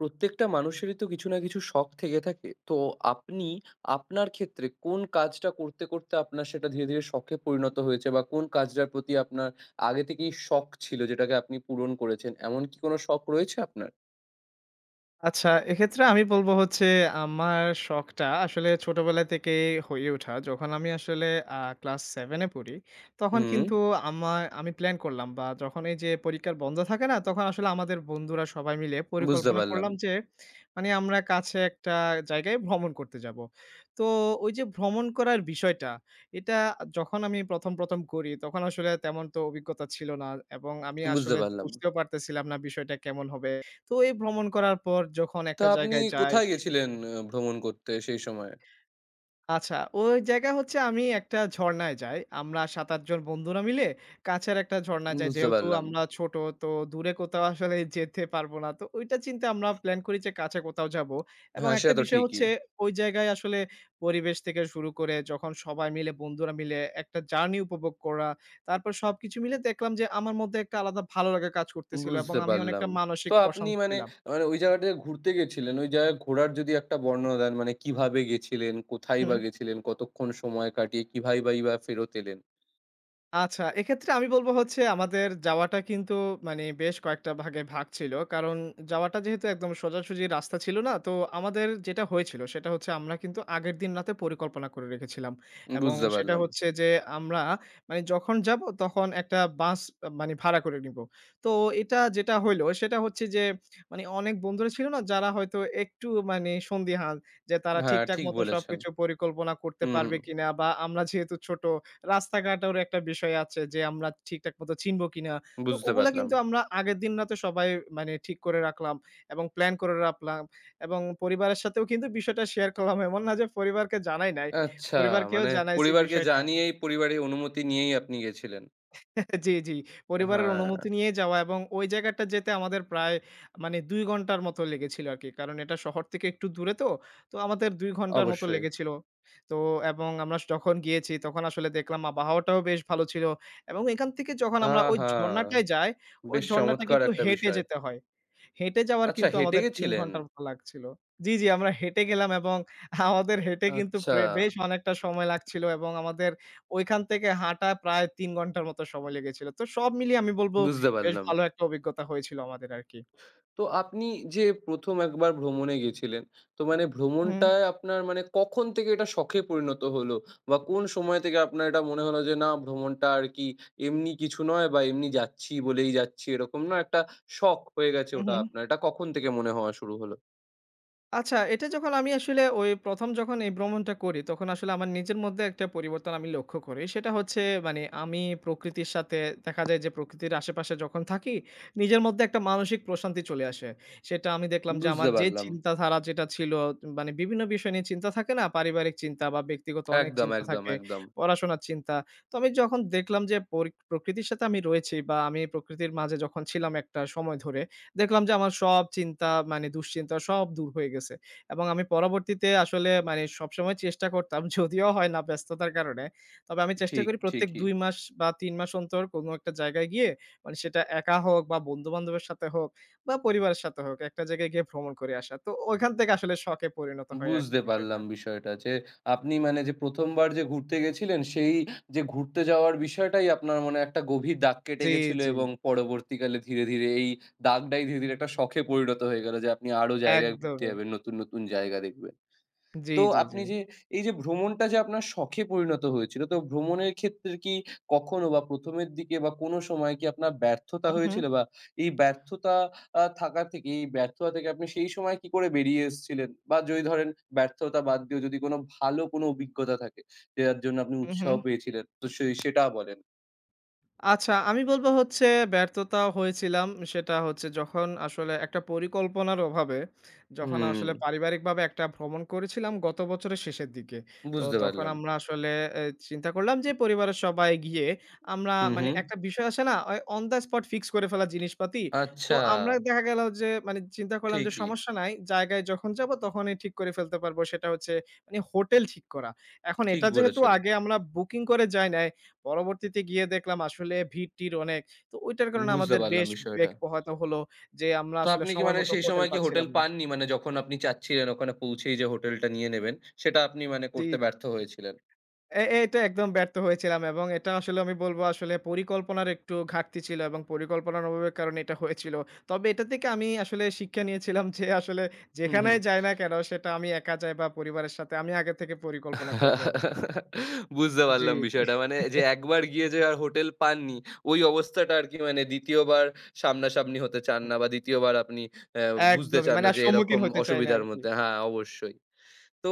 প্রত্যেকটা মানুষেরই তো কিছু না কিছু শখ থেকে থাকে। তো আপনি আপনার ক্ষেত্রে কোন কাজটা করতে, করতে আপনার সেটা ধীরে, ধীরে শখে পরিণত হয়েছে বা কোন কাজটার প্রতি আপনার আগে থেকেই শখ ছিল যেটাকে আপনি পূরণ করেছেন। এমন কি কোন শখ রয়েছে আপনার? আচ্ছা, এক্ষেত্রে আমি বলব হচ্ছে আমার শখটা আসলে ছোটবেলা থেকেই হয়ে ওঠা। যখন আমি আসলে ক্লাস 7 এ পড়ি, তখন হুম, কিন্তু আমি প্ল্যান করলাম বা যখন এই যে পরীক্ষার বন্ধ থাকে না? তখন আসলে আমাদের বন্ধুরা সবাই মিলে বুঝতে পরিকল্পনা পারলাম, করলাম যে মানে আমরা কাছে একটা জায়গায় ভ্রমণ করতে যাবো। তো ওই যে ভ্রমণ করার বিষয়টা, এটা যখন আমি ১ম করি তখন আসলে তেমন তো অভিজ্ঞতা ছিল না এবং আমি বুঝতে আসলে পারলাম। বুঝতেও পারতেছিলাম না বিষয়টা কেমন হবে। তো এই ভ্রমণ করার পর যখন তো একটা আপনি জায়গায় যাই, কোথায় গেছিলেন ভ্রমণ করতে সেই সময়ে? আচ্ছা ওই জায়গা হচ্ছে আমি একটা ঝরণায় যাই। আমরা ৭-৮ জন বন্ধুরা মিলে কাছের একটা ঝরণায় যাই। বুঝতে যেহেতু পারলাম। আমরা ছোট তো দূরে কোথাও আসলে যেতে পারবো না। তো ওইটা চিন্তা আমরা প্ল্যান করি যে কাছে কোথাও যাবো। এবং হ্যাঁ, একটা সেটা তো বিষয় ঠিকই। হচ্ছে ওই জায়গায় আসলে পরিবেশ থেকে শুরু করে যখন সবাই মিলে বন্ধুরা মিলে একটা জার্নি উপভোগ করা। তারপর সবকিছু মিলে দেখলাম যে আমার মধ্যে একটা আলাদা ভালো লাগা কাজ করতেছিল এবং বুঝতে আমি অনেকটা পারলাম। মানসিক তো আপনি প্রশান্তি মানে, পেলাম। মানে ওই জায়গাটায় ঘুরতে গেছিলেন, ওই জায়গায় ঘোরার যদি একটা বর্ণনা দেন, মানে কিভাবে গেছিলেন? কোথায় হুম। বা গেছিলেন? কতক্ষণ সময় কাটিয়ে কিভাবেই বা বা ফেরত এলেন? আচ্ছা, এক্ষেত্রে আমি বলব হচ্ছে আমাদের যাওয়াটা কিন্তু মানে বেশ কয়েকটা ভাগে ভাগ ছিল। কারণ যাওয়াটা যেহেতু একদম সোজাসুজি রাস্তা ছিল না, তো আমাদের যেটা হয়েছিল সেটা হচ্ছে আমরা কিন্তু আগের দিন রাতে পরিকল্পনা করে রেখেছিলাম। এবং বুঝতে সেটা পারলাম। হচ্ছে যে আমরা মানে যখন যাব তখন একটা বাস মানে ভাড়া করে নিব। তো এটা যেটা হইল সেটা হচ্ছে যে মানে অনেক বন্ধুরা ছিল না যারা হয়তো একটু মানে সন্দিহান যে তারা হ্যাঁ, ঠিকঠাক ঠিক মতো বলেছেন। সবকিছু পরিকল্পনা করতে হুম, হুম। পারবে কিনা বা আমরা যেহেতু ছোট রাস্তাঘাটের একটা বিষয় আছে যে আমরা ঠিকঠাক মতো চিনব কিনা। তো বুঝতে ওগুলা পারলাম। কিন্তু আমরা আগের দিন রাতে সবাই মানে ঠিক করে রাখলাম এবং প্ল্যান করে রাখলাম এবং পরিবারের সাথেও কিন্তু বিষয়টা শেয়ার করলাম। এমন না যে পরিবারকে জানাই নাই। আচ্ছা, পরিবারকেও মানে জানাইছি পরিবারকে বিষয়টা। জানিয়েই, পরিবারের অনুমতি নিয়েই আপনি গেছিলেন। জি, জি। পরিবারের হ্যাঁ, অনুমতি নিয়ে যাওয়া এবং ওই জায়গাটা যেতে আমাদের প্রায় মানে ২ ঘন্টার মতো লেগেছিল আরকি। কারণ এটা শহর থেকে একটু দূরে তো। তো আমাদের ২ ঘন্টার মতো অবশ্যই। লেগেছিল। তো এবং আমরা যখন গিয়েছি তখন আসলে দেখলাম আবহাওয়াটাও বেশ ভালো ছিল। এবং এখান থেকে যখন আমরা ওই আহা! ঝরণাটায় যাই, ওই বেশ ঝরণাটা চমৎকার কিন্তু একটা হেঁটে বিষয়। যেতে হয়। হেঁটে যাওয়ার আচ্ছা কিন্তু হেঁটে আমাদের ৩ গেছিলেন? ঘন্টার মতো লাগছিল। জি, জি আমরা হেঁটে গেলাম এবং আমাদের হেঁটে কিন্তু আচ্ছা, বেশ অনেকটা সময় লাগছিল এবং আমাদের ওইখান থেকে হাঁটা প্রায় ৩ ঘন্টার মতো সময় লেগেছিল। তো সব মিলিয়ে আমি বলব বুঝতে বেশ পারলাম। ভালো একটা অভিজ্ঞতা হয়েছিল আমাদের আরকি। তো আপনি যে ১ম একবার ভ্রমণে গেছিলেন, তো মানে হুম, ভ্রমণটায় আপনার মানে কখন থেকে এটা শখে পরিণত হলো? বা কোন সময় থেকে আপনার এটা মনে হলো যে, না ভ্রমণটা আর কি এমনি কিছু নয় বা এমনি যাচ্ছি বলেই যাচ্ছি এরকম না, একটা শখ হয়ে গেছে হু, ওটা হুম। আপনার। এটা কখন থেকে মনে হওয়া শুরু হলো? আচ্ছা, এটা যখন আমি আসলে ওই ১ম যখন এই ভ্রমণটা করি, তখন আসলে আমার নিজের মধ্যে একটা পরিবর্তন আমি লক্ষ্য করি। সেটা হচ্ছে মানে আমি প্রকৃতির সাথে দেখা যায় যে প্রকৃতির আশেপাশে যখন থাকি, নিজের মধ্যে একটা মানসিক প্রশান্তি চলে আসে। সেটা আমি দেখলাম যে আমার বুঝতে যে পারলাম। চিন্তাধারা যেটা ছিল মানে বিভিন্ন বিষয় নিয়ে চিন্তা থাকে না? পারিবারিক চিন্তা বা ব্যক্তিগত অনেক একদম, চিন্তা একদম, থাকে, একদম। পড়াশোনার চিন্তা। তো আমি যখন দেখলাম যে প্রকৃতির সাথে আমি রয়েছি বা আমি প্রকৃতির মাঝে যখন ছিলাম একটা সময় ধরে, দেখলাম যে আমার সব চিন্তা মানে দুশ্চিন্তা সব দূর হয়ে গেছে। এবং আমি পরবর্তীতে আসলে মানে সবসময় চেষ্টা করতাম যদিও হয় না ব্যস্ততার কারণে। তবে আমি চেষ্টা ঠিক, করি প্রত্যেক ঠিকই। ২ মাস বা ৩ মাস অন্তর কোনো একটা জায়গায় গিয়ে মানে সেটা একা হোক বা বন্ধু-বান্ধবের সাথে হোক বা পরিবারের সাথে হোক একটা জায়গায় গিয়ে ভ্রমণ করে আসা। তো ওইখান থেকে আসলে শখে পরিণত হয় আরকি বুঝতে বিষয়টা। পারলাম বিষয়টা যে, আপনি মানে যে ১ম বার যে ঘুরতে গেছিলেন, সেই যে ঘুরতে যাওয়ার বিষয়টাই আপনার মনে একটা গভীর দাগ কেটে জি, গেছিল জি। এবং পরবর্তীকালে ধীরে, ধীরে এই দাগটাই ধীরে, ধীরে একটা শখে পরিণত হয়ে গেল যে আপনি আরো জায়গায় ঘুরতে একদমই। যাবেন, নতুন, নতুন জায়গা দেখবেন। জি, তো জি, জি। আপনি যে এই যে ভ্রমণটা যে আপনার শখে পরিণত হয়েছিল, তো ভ্রমণের ক্ষেত্রে কি কখনো বা ১ম এর দিকে বা কোনো সময় কি আপনার ব্যর্থতা হু, হু। হয়েছিল? বা এই ব্যর্থতা থাকা থেকে এই ব্যর্থতা থেকে আপনি সেই সময় কি করে বেরিয়ে এসেছিলেন? বা যদি ধরেন ব্যর্থতা বাদ দিয়েও যদি কোনো ভালো কোনো অভিজ্ঞতা থাকে, যেটার জন্য আপনি হু, হু। উৎসাহ পেয়েছিলেন, তো সেটা বলেন? আচ্ছা, আমি বলব হচ্ছে ব্যর্থতা হয়েছিলাম। সেটা হচ্ছে যখন আসলে একটা পরিকল্পনার অভাবে, যখন হুম, আসলে পারিবারিকভাবে একটা ভ্রমণ করেছিলাম গত বছরের শেষের দিকে। তো বুঝতে তখন পারলাম। আমরা আসলে এ চিন্তা করলাম যে পরিবারের সবাই গিয়ে আমরা হুম, মানে হুম। একটা বিষয় আছে না? ওই অন দ্য স্পট ফিক্স করে ফেলা জিনিসপাতি। তো আচ্ছা, আমরা দেখা গেল যে মানে চিন্তা করলাম যে ঠিকই। সমস্যা নাই। জায়গায় যখন যাব তখনই ঠিক করে ফেলতে পারব। সেটা হচ্ছে মানে হোটেল ঠিক করা। এখন ঠিক এটা যেহেতু বলেছেন। আগে আমরা বুকিং করে যাই নাই পরবর্তীতে গিয়ে দেখলাম আসলে ভিড়-টির অনেক। তো ওইটার কারণে বুঝতে আমাদের পারলাম বেশ বেগ বিষয়টা। পোহাতে হলো যে, আমরা তো আসলে আপনি কি সময় মানে মতো সেই হোটেল সময় কি হোটেল পাচ্ছিলাম না। পাননি? মানে যখন আপনি চাচ্ছিলেন ওখানে পৌঁছেই যে হোটেলটা নিয়ে নেবেন, সেটা আপনি মানে জি, করতে ব্যর্থ হয়েছিলেন? এ এ- এটা একদম ব্যর্থ হয়েছিলাম এবং এটা আসলে আমি বলব আসলে পরিকল্পনার একটু ঘাটতি ছিল এবং পরিকল্পনার অভাবের কারণে এটা হয়েছিল। তবে এটা থেকে আমি আসলে শিক্ষা নিয়েছিলাম যে, আসলে হুম, হুম। যেখানেই যাই না কেন সেটা আমি একা যাই বা পরিবারের সাথে আমি আগে থেকে পরিকল্পনা করে যাব। বুঝতে জি, পারলাম জি। বিষয়টা। মানে যে একবার গিয়ে যে আর হোটেল পাননি, ওই অবস্থাটা আরকি মানে ২য় বার সামনাসামনি হতে চান না বা ২য় বার আপনি অ্যা বুঝতে একদমই। চান মানে না আর যে সম্মুখীন এরকম হতে চাই না অসুবিধার আরকি। মধ্যে হ্যাঁ, অবশ্যই। তো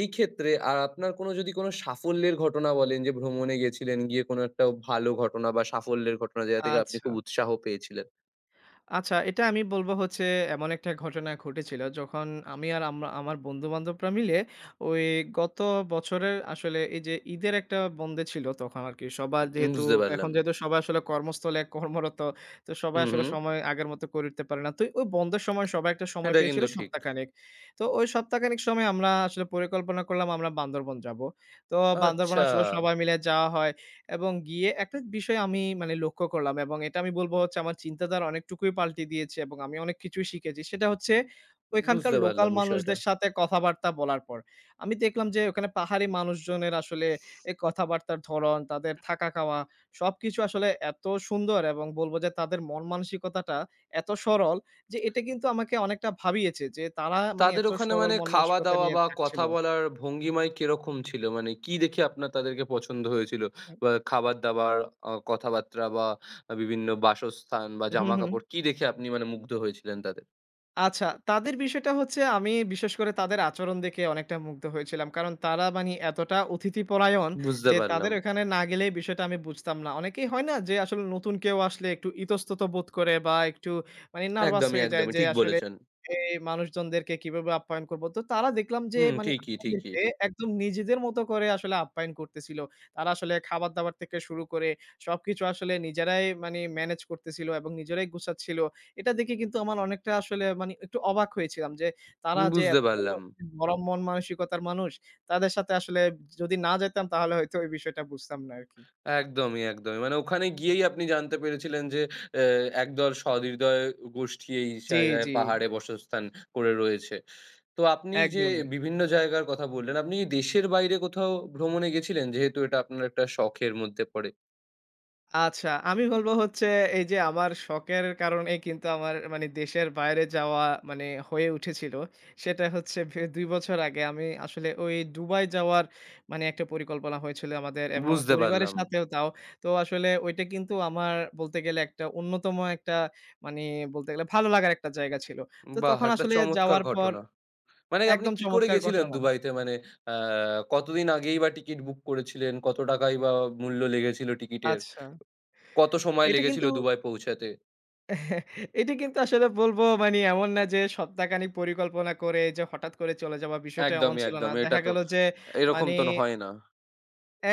এই ক্ষেত্রে আর আপনার কোনো যদি কোনো সাফল্যের ঘটনা বলেন যে ভ্রমণে গেছিলেন, গিয়ে কোনো একটা ভালো ঘটনা বা সাফল্যের ঘটনা যেটা থেকে আপনি আচ্ছা। খুব উৎসাহ পেয়েছিলেন? আচ্ছা, এটা আমি বলব হচ্ছে এমন একটা ঘটনা ঘটেছিল। যখন আমি আর আমরা আমার বন্ধু-বান্ধবরা মিলে ওই গত বছরের আসলে এই যে ঈদের একটা বন্ধে ছিল তখন আরকি। সবার যেহেতু বুঝতে এখন পারলাম। যেহেতু সবাই আসলে কর্মস্থলে কর্মরত, তো সবাই হুম, আসলে হুম। সময় আগের মতো করে উঠতে পারে না। তো ওই বন্ধের সময় সবাই একটা সময় এটা পেয়েছিল কিন্তু ঠিক। সপ্তাহখানেক। তো ওই সপ্তাহখানেক সময় আমরা আসলে পরিকল্পনা করলাম আমরা বান্দরবন যাবো। তো বান্দরবন আচ্ছা, আসলে সবাই মিলে যাওয়া হয়। এবং গিয়ে একটা বিষয় আমি মানে লক্ষ্য করলাম এবং এটা আমি বলব হচ্ছে আমার চিন্তাধারা অনেকটুকুই পাল্টে দিয়েছে এবং আমি অনেক কিছুই শিখেছি। সেটা হচ্ছে ওইখানকার বুঝতে লোকাল পারলাম বিষয়টা। মানুষদের সাথে কথাবার্তা বলার পর। আমি দেখলাম যে ওখানে পাহাড়ি মানুষজনের আসলে কথাবার্তার ধরন, তাদের থাকা খাওয়া সবকিছু আসলে এত সুন্দর এবং বলবো যে তাদের মন মানসিকতাটা এত সরল যে এটা কিন্তু আমাকে অনেকটা ভাবিয়েছে যে তারা মানে তাদের এত ওখানে সরল মানে মন মানসিকতা খাওয়া-দাওয়া নিয়ে বা থাকছিল। কথা বলার ভঙ্গিমায় কিরকম ছিল? মানে কি দেখে আপনার তাদেরকে পছন্দ হয়েছিল? হ্যাঁ। বা খাবার-দাবার, কথাবার্তা বা বিভিন্ন বাসস্থান বা হুম, হুম। জামাকাপড় কি দেখে আপনি মানে মুগ্ধ হয়েছিলেন তাদের? আচ্ছা, তাদের বিষয়টা হচ্ছে আমি বিশেষ করে তাদের আচরণ দেখে অনেকটা মুগ্ধ হয়েছিলাম। কারণ তারা মানি এতটা অতিথিপরায়ণ বুঝতে যে তাদের পারলাম। ওখানে না গেলেই বিষয়টা আমি বুঝতাম না। অনেকেই হয় না যে আসলে নতুন কেউ আসলে একটু ইতস্তত বোধ করে বা একটু মানে নার্ভাস একদমই, হয়ে যায় একদমই যে ঠিক আসলে বলেছেন। এই মানুষজনদেরকে কিভাবে আপ্যায়ন করব। তো তারা দেখলাম যে হুম, মানি ঠিকই, ঠিকই। আমাদেরকে একদম নিজেদের মতো করে আসলে আপ্যায়ন করতেছিল। তারা আসলে খাবার-দাবার থেকে শুরু করে সবকিছু আসলে নিজেরাই মানি ম্যানেজ করতেছিল এবং নিজেরাই গুছাচ্ছিল। এটা দেখে কিন্তু আমার অনেকটা আসলে মানে একটু অবাক হয়েছিলাম যে, তারা হুম, যে বুঝতে এত পারলাম। নরম মন মানসিকতার মানুষ, তাদের সাথে আসলে যদি না যেতাম তাহলে হয়তো এই বিষয়টা বুঝতাম না আরকি। একদমই, একদমই। মানে ওখানে গিয়েই আপনি জানতে পেরেছিলেন যে এ একদল সহৃদয় গোষ্ঠী এই জি, জায়গায় জি, পাহাড়ে বসস্থান করে রয়েছে। তো আপনি যে একদমই। বিভিন্ন জায়গার কথা বললেন, আপনি কি দেশের বাইরে কোথাও ভ্রমণে গেছিলেন? যেহেতু এটা আপনার একটা শখের মধ্যে পড়ে। আচ্ছা, আমি বলব হচ্ছে এই যে আমার শখের কারণে কিন্তু আমার মানে দেশের বাইরে যাওয়া মানে হয়ে উঠেছিল। সেটা হচ্ছে ২ বছর আগে আমি আসলে ওই দুবাই যাওয়ার মানে একটা পরিকল্পনা হয়েছিল আমাদের এবং বুঝতে পরিবারের পারলাম। সাথেও তাও। তো আসলে ওইটা কিন্তু আমার বলতে গেলে একটা অন্যতম একটা মানে বলতে গেলে ভালো লাগার একটা জায়গা ছিল। তো বাহ! তখন একটা আসলে চমৎকার যাওয়ার পর ঘটনা। মানে আপনি একদম কি করে চমৎকার গেছিলেন ঘটনা। দুবাইতে? মানে আ কতদিন আগেই বা টিকিট বুক করেছিলেন? কত টাকাই বা মূল্য লেগেছিল টিকিটের? আচ্ছা, কত সময় এটা লেগেছিল কিন্তু দুবাই পৌঁছাতে? এটা কিন্তু আসলে বলবো মানে এমন না যে সপ্তাহখানিক পরিকল্পনা করে যে হঠাৎ করে চলে যাওয়া বিষয়টা এমন একদমই, ছিল না। একদমই। এটা দেখা তো গেল যে এরকম মানে তো হয় না।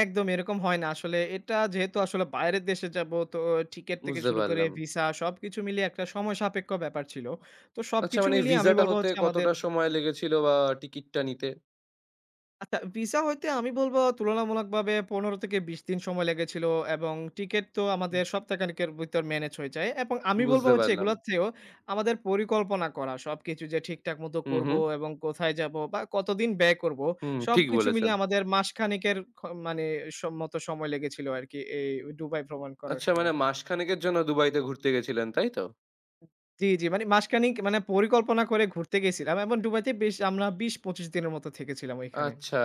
একদম এরকম হয় না আসলে। এটা যেহেতু আসলে বাইরের দেশে যাব তো টিকেট থেকে বুঝতে শুরু করে পারলাম। ভিসা সবকিছু মিলিয়ে একটা সময় সাপেক্ষ ব্যাপার ছিল। তো আচ্ছা সবকিছু মানে মিলিয়ে আমি ভিসাটা বলব হতে হচ্ছে আমাদের কতটা সময় লেগেছিল বা টিকিটটা নিতে? আচ্ছা, ভিসা হইতে আমি বলবো তুলনামূলকভাবে ১৫-২০ দিন সময় লেগেছিল এবং টিকেট তো হুম, আমাদের সপ্তাহখানেকের ভিতর ম্যানেজ হয়ে যায় এবং আমি বলবো বুঝতে হচ্ছে পারলাম। এগুলার চেয়েও আমাদের পরিকল্পনা করা। সবকিছু যে ঠিকঠাক মতো হুম, করবো হুম। এবং কোথায় যাবো বা কতদিন ব্যয় করবো, হুম, ঠিক সবকিছু বলেছেন। মিলিয়ে আমাদের মাসখানেকের মানে মতো সময় লেগেছিল আরকি এই দুবাই ভ্রমণ করার আচ্ছা মানে সময়। মাসখানেকের জন্য দুবাইতে ঘুরতে গেছিলেন, তাই তো? জি, জি। মানে মাসখানেক মানে পরিকল্পনা করে ঘুরতে গেছিলাম এবং দুবাইতে বেশ আমরা ২০-২৫ দিনের মতো থেকেছিলাম ওইখানে। আচ্ছা।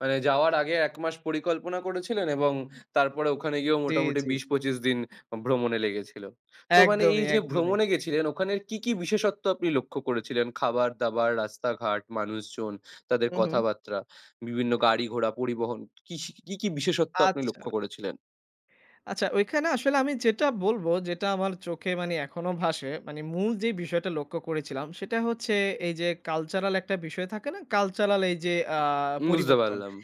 মানে যাওয়ার আগে ১ মাস পরিকল্পনা করেছিলেন এবং তারপরে ওখানে গিয়েও জি, মোটামুটি জি। ২০-২৫ দিন ভ্রমণে লেগেছিল। তো মানে এই একদমই, যে একদমই। ভ্রমণে গেছিলেন ওখানের কি, কি বিশেষত্ব আপনি লক্ষ্য করেছিলেন? খাবার-দাবার, রাস্তাঘাট, মানুষজন, তাদের হু, হু। কথাবার্তা, বিভিন্ন গাড়ি ঘোড়া, পরিবহন কি, কি বিশেষত্ব আপনি আচ্ছা, লক্ষ্য করেছিলেন? আচ্ছা ওইখানে আসলে আমি যেটা বলব, যেটা আমার চোখে মানে এখনো ভাসে, মানে মূল যে বিষয়টা লক্ষ্য করেছিলাম, সেটা হচ্ছে এই যে কালচারাল একটা বিষয় থাকে না? কালচারাল এই যে আ বুঝতে পরিবর্তন। পারলাম।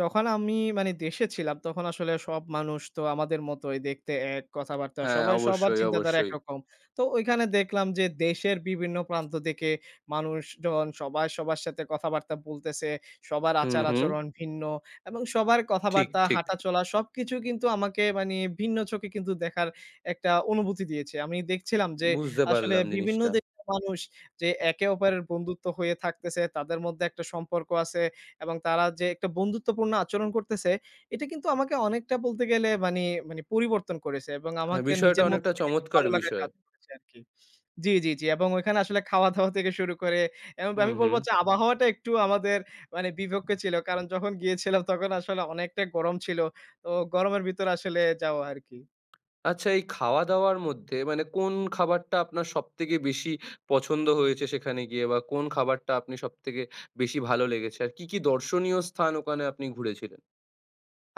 যখন আমি মানে দেশে ছিলাম তখন আসলে সব মানুষ তো আমাদের মতোই দেখতে এক, কথাবার্তা হ্যাঁ, সবাই সবার অবশ্যই, চিন্তাধারা অবশ্যই। একরকম। তো ওইখানে দেখলাম যে দেশের বিভিন্ন প্রান্ত থেকে মানুষজন সবাই সবার সাথে কথাবার্তা বলতেছে। সবার হুম, হুম। আচার-আচরণ ভিন্ন এবং সবার ঠিক, কথাবার্তা, ঠিক। হাঁটাচলা সবকিছু কিন্তু আমাকে মানে ভিন্ন চোখে কিন্তু দেখার একটা অনুভূতি দিয়েছে। আমি দেখছিলাম যে বুঝতে আসলে পারলাম বিভিন্ন জিনিসটা। দেশের মানুষ যে একে অপরের বন্ধুত্ব হয়ে থাকতেছে, তাদের মধ্যে একটা সম্পর্ক আছে। এবং তারা যে একটা বন্ধুত্বপূর্ণ আচরণ করতেছে, এটা কিন্তু আমাকে অনেকটা বলতে গেলে মানি মানে পরিবর্তন করেছে এবং হ্যাঁ, আমাকে বিষয়টা নিজের হুম। মধ্যে অনেকটা থেকে একটা চমৎকার ভালো লাগা বিষয়। কাজ করেছে আরকি। জি, জি, জি। এবং ওইখানে আসলে খাওয়া-দাওয়া থেকে শুরু করে এবং হুম, আমি বলব হুম। যে আবহাওয়াটা একটু আমাদের মানে বিপক্ষে ছিল। কারণ যখন গিয়েছিলাম তখন আসলে অনেকটা গরম ছিল। তো গরমের ভিতরে আসলে যাওয়া আরকি। আচ্ছা এই খাওয়া-দাওয়ার মধ্যে মানে কোন খাবারটা আপনার সবথেকে বেশি পছন্দ হয়েছে সেখানে গিয়ে? বা কোন খাবারটা আপনি সবথেকে বেশি ভালো লেগেছে? আর কি, কি দর্শনীয় স্থান ওখানে আপনি ঘুরেছিলেন?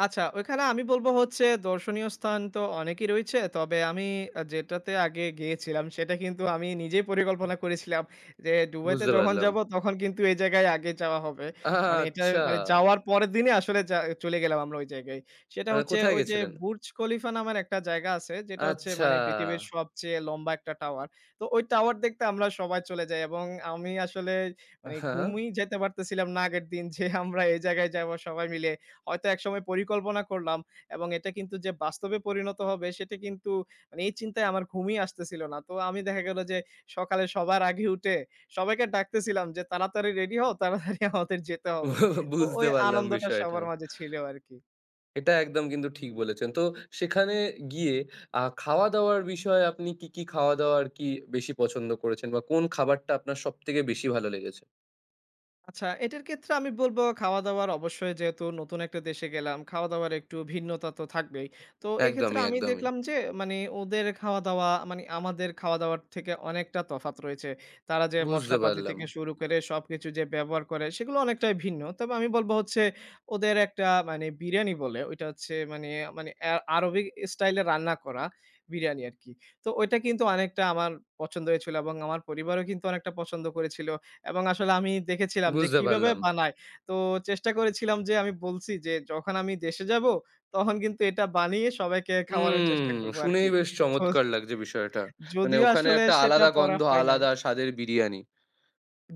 আচ্ছা, ওইখানে আমি বলব হচ্ছে দর্শনীয় স্থান তো অনেকই রয়েছে। তবে আমি যেটাতে আগে গিয়েছিলাম সেটা কিন্তু আমি নিজেই পরিকল্পনা করেছিলাম যে দুবাইতে বুঝতে যখন পারলাম। যাব তখন কিন্তু এই জায়গায় আগে যাওয়া হবে। মানে এটা আচ্ছা! মানে যাওয়ার পরের দিনই আসলে চলে গেলাম আমরা ওই জায়গায়। সেটা মানে হচ্ছে কোথায় ওই যে গেছিলেন? বুর্জ খলিফা নামের একটা জায়গা আছে যেটা হচ্ছে আচ্ছা। মানে পৃথিবীর সবচেয়ে লম্বা একটা টাওয়ার। তো ওই টাওয়ার দেখতে আমরা সবাই চলে যাই এবং আমি আসলে মানে হ্যাঁ, ঘুমই যেতে পারতেছিলাম না আগের দিন যে আমরা এই জায়গায় যাবো সবাই মিলে। হয়তো একসময় পরিকল্পনা করলাম এবং এটা কিন্তু যে বাস্তবে পরিণত হবে সেটা কিন্তু মানে এই চিন্তায় আমার ঘুমই আসতেছিল না। তো আমি দেখা গেল যে সকালে সবার আগে উঠে সবাইকে ডাকতেছিলাম যে, "তাড়াতাড়ি রেডি হও, তাড়াতাড়ি আমাদের যেতে হবে।" তো বুঝতে ওই পারলাম আনন্দটা বিষয়টা। সবার মাঝে ছিল আরকি। এটা একদম কিন্তু ঠিক বলেছেন। তো সেখানে গিয়ে খাওয়া-দাওয়ার বিষয়ে আপনি কি, কি খাওয়া-দাওয়া আরকি বেশি পছন্দ করেছেন? বা কোন খাবারটা আপনার সবথেকে বেশি ভালো লেগেছে? আচ্ছা, এটার ক্ষেত্রে আমি বলব খাওয়া-দাওয়ার অবশ্যই যেহেতু নতুন একটা দেশে গেলাম, খাওয়া-দাওয়ার একটু ভিন্নতা তো থাকবেই। তো এক্ষেত্রে একদমই, আমি একদমই। দেখলাম যে মানে ওদের খাওয়া-দাওয়া মানে আমাদের খাওয়া-দাওয়ার থেকে অনেকটা তফাৎ রয়েছে। তারা যে বুঝতে মশলাপাতি পারলাম, থেকে শুরু করে সবকিছু যে ব্যবহার করে সেগুলো অনেকটাই ভিন্ন। তবে আমি বলব হচ্ছে ওদের একটা মানে বিরিয়ানি বলে ওইটা হচ্ছে মানে মানে আরবিক স্টাইলে রান্না করা বিরিয়ানি আরকি। তো ওইটা কিন্তু অনেকটা আমার পছন্দ হয়েছিল এবং আমার পরিবারও কিন্তু অনেকটা পছন্দ করেছিল। এবং আসলে আমি দেখেছিলাম যে বুঝতে কিভাবে পারলাম। বানায়। তো চেষ্টা করেছিলাম যে আমি বলছি যে, "যখন আমি দেশে যাবো, তখন কিন্তু এটা বানিয়ে সবাইকে খাওয়ানোর চেষ্টা উম করব আরকি।" শুনেই বেশ তো চমৎকার লাগছে বিষয়টা। মানে যদিও ওখানে আসলে একটা সেটা আলাদা পরা গন্ধ, হয় নাই। আলাদা স্বাদের বিরিয়ানি।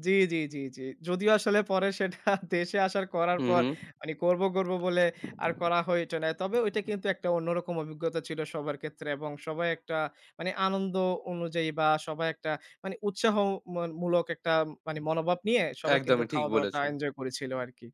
জি, জি, জি, জি। যদিও আসলে পরে সেটা দেশে আসার করার হু, পর হু। মানে করব, করব বলে আর করা হয়ে ওঠে নাই। তবে ওইটা কিন্তু একটা অন্যরকম অভিজ্ঞতা ছিল সবার ক্ষেত্রে এবং সবাই একটা মানে আনন্দ অনুযায়ী বা সবাই একটা মানে উৎসাহ মন মূলক একটা মানে মনোভাব নিয়ে সবাই কিন্তু একদমই ঠিক খাওয়া-দাওয়াটা বলেছেন। এনজয় করেছিল আরকি।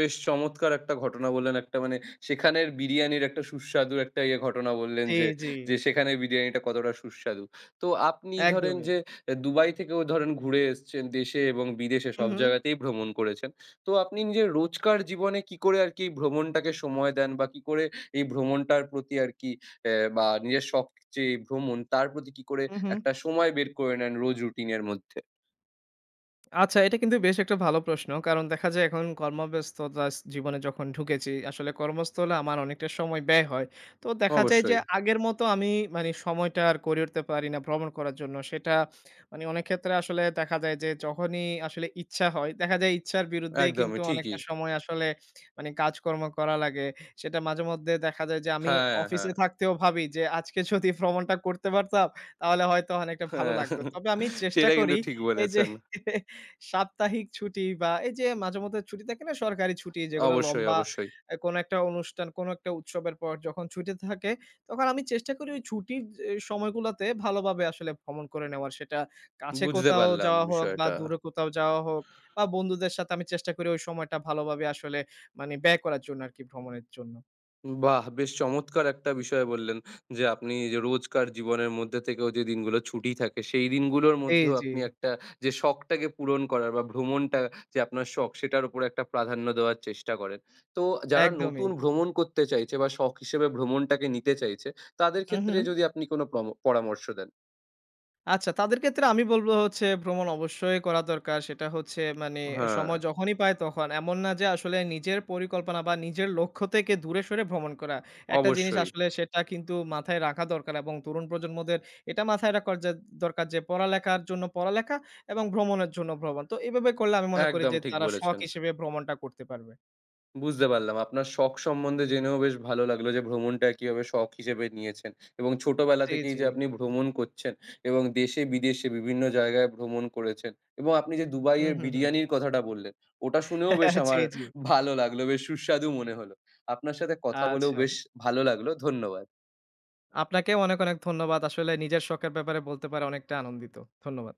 বেশ চমৎকার একটা ঘটনা বললেন। একটা মানে সেখানের বিরিয়ানির একটা সুস্বাদু একটা ইয়ে ঘটনা বললেন জি, যে, জি। যে সেখানে বিরিয়ানিটা কতটা সুস্বাদু। তো আপনি ধরেন একদমই। যে দুবাই থেকেও ধরেন ঘুরে এসছেন দেশে এবং বিদেশে হু, সব হু। জায়গাতেই ভ্রমণ করেছেন। তো আপনি নিজের রোজকার জীবনে কি করে আরকি এই ভ্রমণটাকে সময় দেন বা কি করে এই ভ্রমণটার প্রতি আরকি বা নিজের শখ যে এই ভ্রমণ তার প্রতি কি করে হু, হু। একটা সময় বের করে নেন রোজ রুটিন এর মধ্যে? আচ্ছা, এটা কিন্তু বেশ একটা ভালো প্রশ্ন। কারণ দেখা যায় এখন কর্মব্যস্ততা জীবনে যখন ঢুকেছি, আসলে কর্মস্থলে আমার অনেকটা সময় ব্যয় হয়। তো দেখা যায় যে অবশ্যই। আগের মতো আমি মানে সময়টা আর করে উঠতে পারি না ভ্রমণ করার জন্য। সেটা মানে অনেক ক্ষেত্রে আসলে দেখা যায় যে যখনই আসলে ইচ্ছা হয়, দেখা যায় ইচ্ছার বিরুদ্ধেই কিন্তু একদমই অনেকটা ঠিকই। সময় আসলে মানে কাজকর্ম করা লাগে। সেটা মাঝেমধ্যে দেখা যায় যে আমি হ্যাঁ, হ্যাঁ। অফিসে থাকতেও ভাবি যে আজকে যদি ভ্রমণটা করতে পারতাম তাহলে হয়তো অনেকটা ভালো হ্যাঁ, লাগতো। তবে আমি চেষ্টা এটা করি কিন্তু ঠিক এই যে বলেছেন। সাপ্তাহিক ছুটি বা এই যে মাঝেমধ্যে ছুটি থাকে না সরকারি ছুটি যেগুলো অবশ্যই, লম্বা অবশ্যই। কোনো একটা অনুষ্ঠান, কোনো একটা উৎসবের পর যখন ছুটি থাকে তখন আমি চেষ্টা করি ওই ছুটির সময়গুলাতে ভালোভাবে আসলে ভ্রমণ করে নেওয়ার। সেটা কাছে বুঝতে কোথাও পারলাম যাওয়া হোক বা বিষয়টা। দূরে কোথাও যাওয়া হোক বা বন্ধুদের সাথে আমি চেষ্টা করি ওই সময়টা ভালোভাবে আসলে মানে ব্যয় করার জন্য আরকি ভ্রমণের জন্য। বাহ! বেশ চমৎকার একটা বিষয় বললেন যে, আপনি যে রোজকার জীবনের মধ্যে থেকেও যে দিনগুলো ছুটি থাকে, সেই দিনগুলোর জি, মধ্যেও জি। আপনি একটা যে শখটাকে পূরণ করার বা ভ্রমণটা যে আপনার শখ, সেটার উপরে একটা প্রাধান্য দেওয়ার চেষ্টা করেন। তো যারা একদমই। নতুন ভ্রমণ করতে চাইছে বা শখ হিসেবে ভ্রমণটাকে নিতে চাইছে, তাদের হু, হু। ক্ষেত্রে যদি আপনি কোনো পরামর্শ দেন? আচ্ছা, তাদের ক্ষেত্রে আমি বলব হচ্ছে ভ্রমণ অবশ্যই করা দরকার। সেটা হচ্ছে মানে হ্যাঁ, সময় যখনই পায় তখন। এমন না যে আসলে নিজের পরিকল্পনা বা নিজের লক্ষ্য থেকে দূরে সরে ভ্রমণ করা। একটা জিনিস অবশ্যই। আসলে সেটা কিন্তু মাথায় রাখা দরকার এবং তরুণ প্রজন্মদের এটা মাথায় রাখার যে দরকার যে পড়ালেখার জন্য পড়ালেখা এবং ভ্রমণের জন্য ভ্রমণ। তো এভাবে করলে আমি মনে করি একদম যে ঠিক তারা শখ বলেছেন। হিসেবে ভ্রমণটা করতে পারবে। বুঝতে পারলাম। আপনার শখ সম্বন্ধে জেনেও বেশ ভালো লাগলো যে ভ্রমণটা কিভাবে শখ হিসেবে নিয়েছেন এবং ছোটবেলা জি, থেকেই জি। যে আপনি ভ্রমণ করছেন এবং দেশে-বিদেশে বিভিন্ন জায়গায় ভ্রমণ করেছেন এবং আপনি যে হুম, দুবাইয়ের হুম, হুম। বিরিয়ানির কথাটা বললেন, ওটা শুনেও বেশ জি, আমার জি। ভালো লাগলো। বেশ সুস্বাদু মনে হলো। আপনার সাথে কথা বলেও আচ্ছা। বেশ ভালো লাগলো। ধন্যবাদ। আপনাকেও অনেক, অনেক ধন্যবাদ। আসলে নিজের শখের ব্যাপারে বলতে পারে অনেকটা আনন্দিত। ধন্যবাদ।